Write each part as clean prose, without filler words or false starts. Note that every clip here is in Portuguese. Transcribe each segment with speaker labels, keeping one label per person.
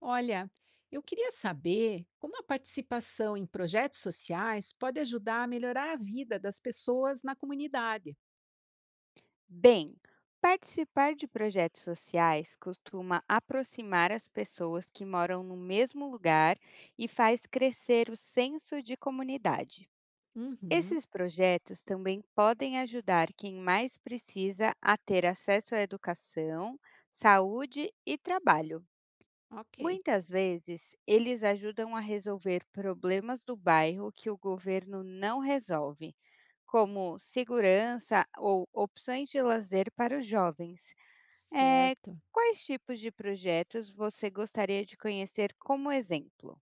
Speaker 1: Olha, eu queria saber como a participação em projetos sociais pode ajudar a melhorar a vida das pessoas na comunidade.
Speaker 2: Bem, participar de projetos sociais costuma aproximar as pessoas que moram no mesmo lugar e faz crescer o senso de comunidade.
Speaker 1: Uhum,
Speaker 2: Esses projetos também podem ajudar quem mais precisa a ter acesso à educação, saúde e trabalho.
Speaker 1: ok,
Speaker 2: Muitas vezes, eles ajudam a resolver problemas do bairro que o governo não resolve, como segurança ou opções de lazer para os jovens. Eh,
Speaker 1: certo.
Speaker 2: Quais tipos de projetos você gostaria de conhecer como exemplo?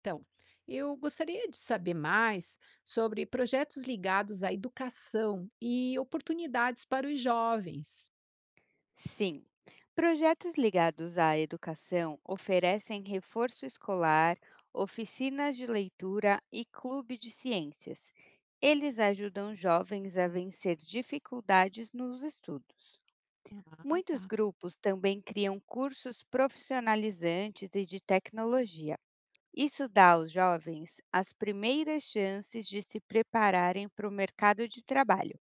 Speaker 1: Então, eu gostaria de saber mais sobre projetos ligados à educação e oportunidades para os jovens.
Speaker 2: Sim, projetos ligados à educação oferecem reforço escolar, oficinas de leitura e clube de ciências. Eles ajudam jovens a vencer dificuldades nos estudos.
Speaker 1: Ah,
Speaker 2: Muitos
Speaker 1: tá,
Speaker 2: grupos também criam cursos profissionalizantes e de tecnologia. Isso dá aos jovens as primeiras chances de se prepararem para o mercado de trabalho.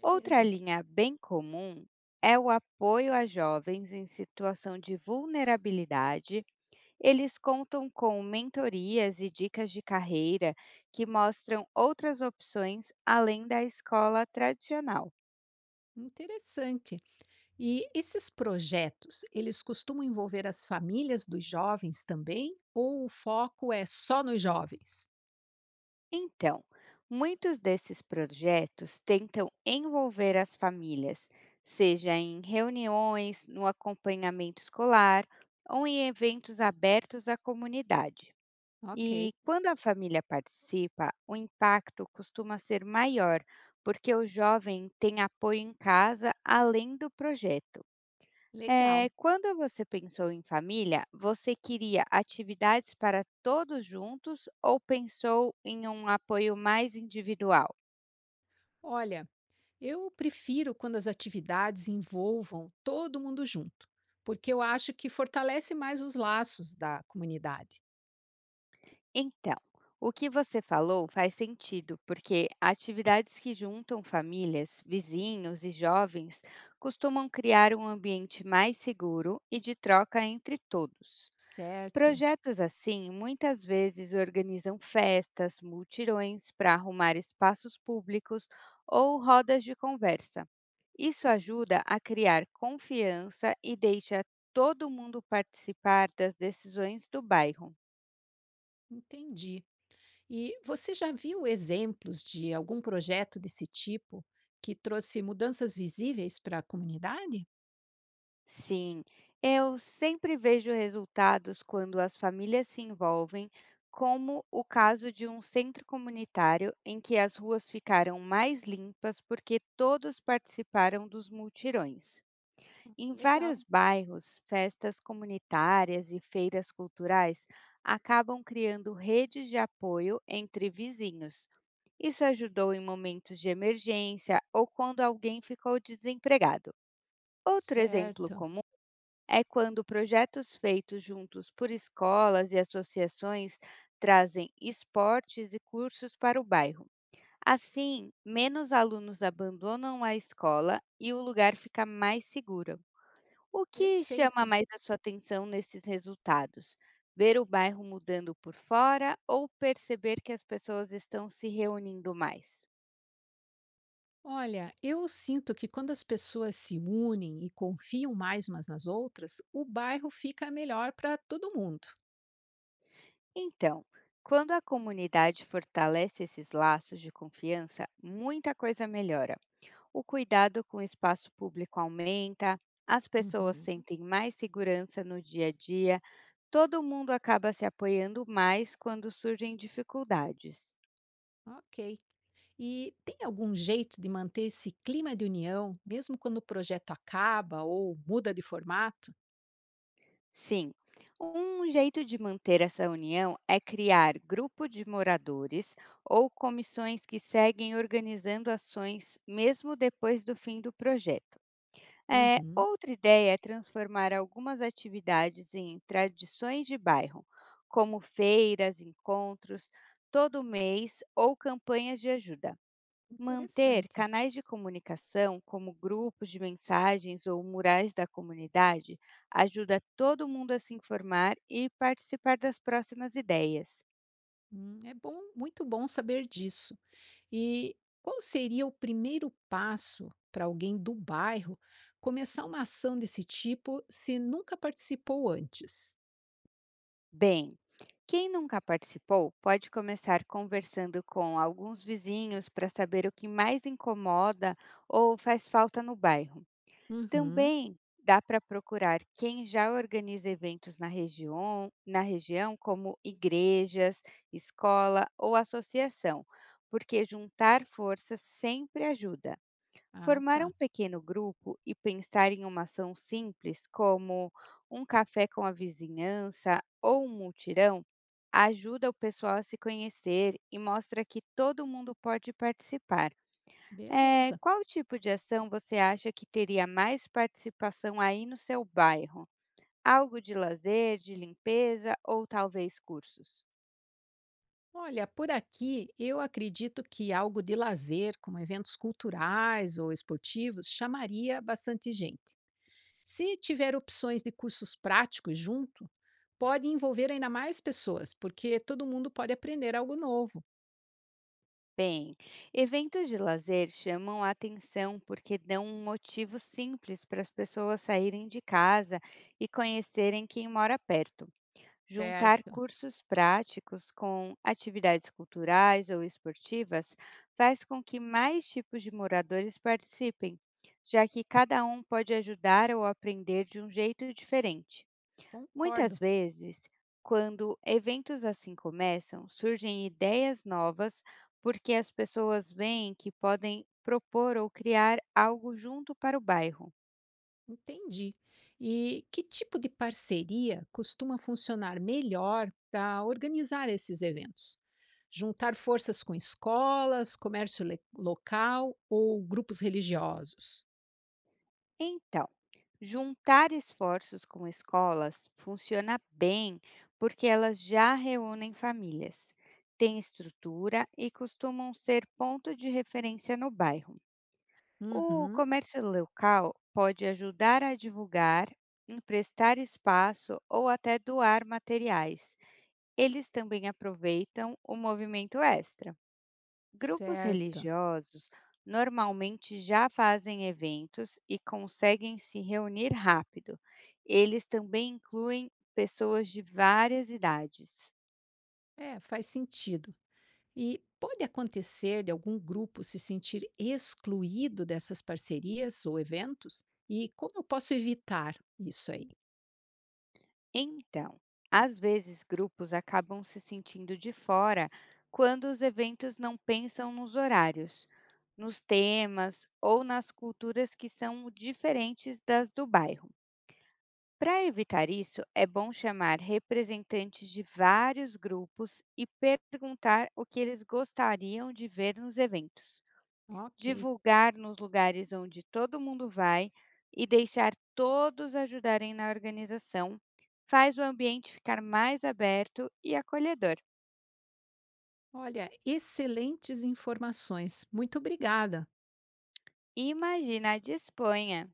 Speaker 2: Outra linha bem comum é o apoio a jovens em situação de vulnerabilidade. Eles contam com mentorias e dicas de carreira que mostram outras opções além da escola tradicional.
Speaker 1: Interessante. E esses projetos, eles costumam envolver as famílias dos jovens também? Ou o foco é só nos jovens?
Speaker 2: Então, muitos desses projetos tentam envolver as famílias, seja em reuniões, no acompanhamento escolar ou em eventos abertos à comunidade.
Speaker 1: Ok,
Speaker 2: E quando a família participa, o impacto costuma ser maior, porque o jovem tem apoio em casa além do projeto. É,
Speaker 1: legal.
Speaker 2: quando você pensou em família, você queria atividades para todos juntos ou pensou em um apoio mais individual?
Speaker 1: Olha, eu prefiro quando as atividades envolvam todo mundo junto, porque eu acho que fortalece mais os laços da comunidade.
Speaker 2: Então, o que você falou faz sentido, porque atividades que juntam famílias, vizinhos e jovens costumam criar um ambiente mais seguro e de troca entre todos.
Speaker 1: Certo,
Speaker 2: Projetos assim muitas vezes organizam festas, multirões para arrumar espaços públicos ou rodas de conversa. Isso ajuda a criar confiança e deixa todo mundo participar das decisões do bairro.
Speaker 1: entendi. E você já viu exemplos de algum projeto desse tipo que trouxe mudanças visíveis para a comunidade?
Speaker 2: Sim, eu sempre vejo resultados quando as famílias se envolvem, como o caso de um centro comunitário em que as ruas ficaram mais limpas porque todos participaram dos multirões. Em
Speaker 1: Legal,
Speaker 2: vários bairros, festas comunitárias e feiras culturais acabam criando redes de apoio entre vizinhos. Isso ajudou em momentos de emergência ou quando alguém ficou desempregado. Outro exemplo
Speaker 1: certo.
Speaker 2: comum é quando projetos feitos juntos por escolas e associações trazem esportes e cursos para o bairro. Assim, menos alunos abandonam a escola e o lugar fica mais seguro. O que chama
Speaker 1: Perfeito.
Speaker 2: mais a sua atenção nesses resultados? Ver o bairro mudando por fora ou perceber que as pessoas estão se reunindo mais?
Speaker 1: Olha, eu sinto que quando as pessoas se unem e confiam mais umas nas outras, o bairro fica melhor para todo mundo.
Speaker 2: Então, quando a comunidade fortalece esses laços de confiança, muita coisa melhora. O cuidado com o espaço público aumenta, as pessoas
Speaker 1: Uhum,
Speaker 2: sentem mais segurança no dia a dia, todo mundo acaba se apoiando mais quando surgem dificuldades.
Speaker 1: ok. E tem algum jeito de manter esse clima de união, mesmo quando o projeto acaba ou muda de formato?
Speaker 2: Sim, um jeito de manter essa união é criar grupo de moradores ou comissões que seguem organizando ações mesmo depois do fim do projeto. É,
Speaker 1: Uhum,
Speaker 2: outra ideia é transformar algumas atividades em tradições de bairro, como feiras, encontros todo mês ou campanhas de ajuda. Manter
Speaker 1: interessante.
Speaker 2: canais de comunicação, como grupos de mensagens ou murais da comunidade, ajuda todo mundo a se informar e participar das próximas ideias.
Speaker 1: É bom, muito bom saber disso. E qual seria o primeiro passo para alguém do bairro começar uma ação desse tipo se nunca participou antes?
Speaker 2: Bem, quem nunca participou pode começar conversando com alguns vizinhos para saber o que mais incomoda ou faz falta no bairro.
Speaker 1: Uhum.
Speaker 2: Também dá para procurar quem já organiza eventos na região, como igrejas, escola ou associação, porque juntar forças sempre ajuda.
Speaker 1: Ah,
Speaker 2: Formar um
Speaker 1: tá.
Speaker 2: pequeno grupo e pensar em uma ação simples, como um café com a vizinhança ou um mutirão, ajuda o pessoal a se conhecer e mostra que todo mundo pode participar.
Speaker 1: Beleza.
Speaker 2: Qual tipo de ação você acha que teria mais participação aí no seu bairro? Algo de lazer, de limpeza ou talvez cursos?
Speaker 1: Olha, por aqui eu acredito que algo de lazer, como eventos culturais ou esportivos, chamaria bastante gente. Se tiver opções de cursos práticos junto, pode envolver ainda mais pessoas, porque todo mundo pode aprender algo novo,
Speaker 2: Bem, eventos de lazer chamam a atenção porque dão um motivo simples para as pessoas saírem de casa e conhecerem quem mora perto. Juntar
Speaker 1: certo?
Speaker 2: cursos práticos com atividades culturais ou esportivas faz com que mais tipos de moradores participem, já que cada um pode ajudar ou aprender de um jeito diferente. Muitas
Speaker 1: Concordo.
Speaker 2: vezes, quando eventos assim começam, surgem ideias novas porque as pessoas veem que podem propor ou criar algo junto para o bairro.
Speaker 1: Entendi. E que tipo de parceria costuma funcionar melhor para organizar esses eventos? Juntar forças com escolas, local ou grupos religiosos?
Speaker 2: Então, juntar esforços com escolas funciona bem porque elas já reúnem famílias, têm estrutura e costumam ser ponto de referência no bairro. O
Speaker 1: Uhum,
Speaker 2: comércio local pode ajudar a divulgar, emprestar espaço ou até doar materiais. Eles também aproveitam o movimento extra. Grupos
Speaker 1: certo.
Speaker 2: religiosos normalmente já fazem eventos e conseguem se reunir rápido. Eles também incluem pessoas de várias idades.
Speaker 1: É, faz sentido. E pode acontecer de algum grupo se sentir excluído dessas parcerias ou eventos? E como eu posso evitar isso aí?
Speaker 2: Então, às vezes grupos acabam se sentindo de fora quando os eventos não pensam nos horários, nos temas ou nas culturas que são diferentes das do bairro. Para evitar isso, é bom chamar representantes de vários grupos e perguntar o que eles gostariam de ver nos eventos,
Speaker 1: Ok.
Speaker 2: divulgar nos lugares onde todo mundo vai e deixar todos ajudarem na organização faz o ambiente ficar mais aberto e acolhedor.
Speaker 1: Olha, excelentes informações. Muito obrigada.
Speaker 2: Imagina a de Espanha!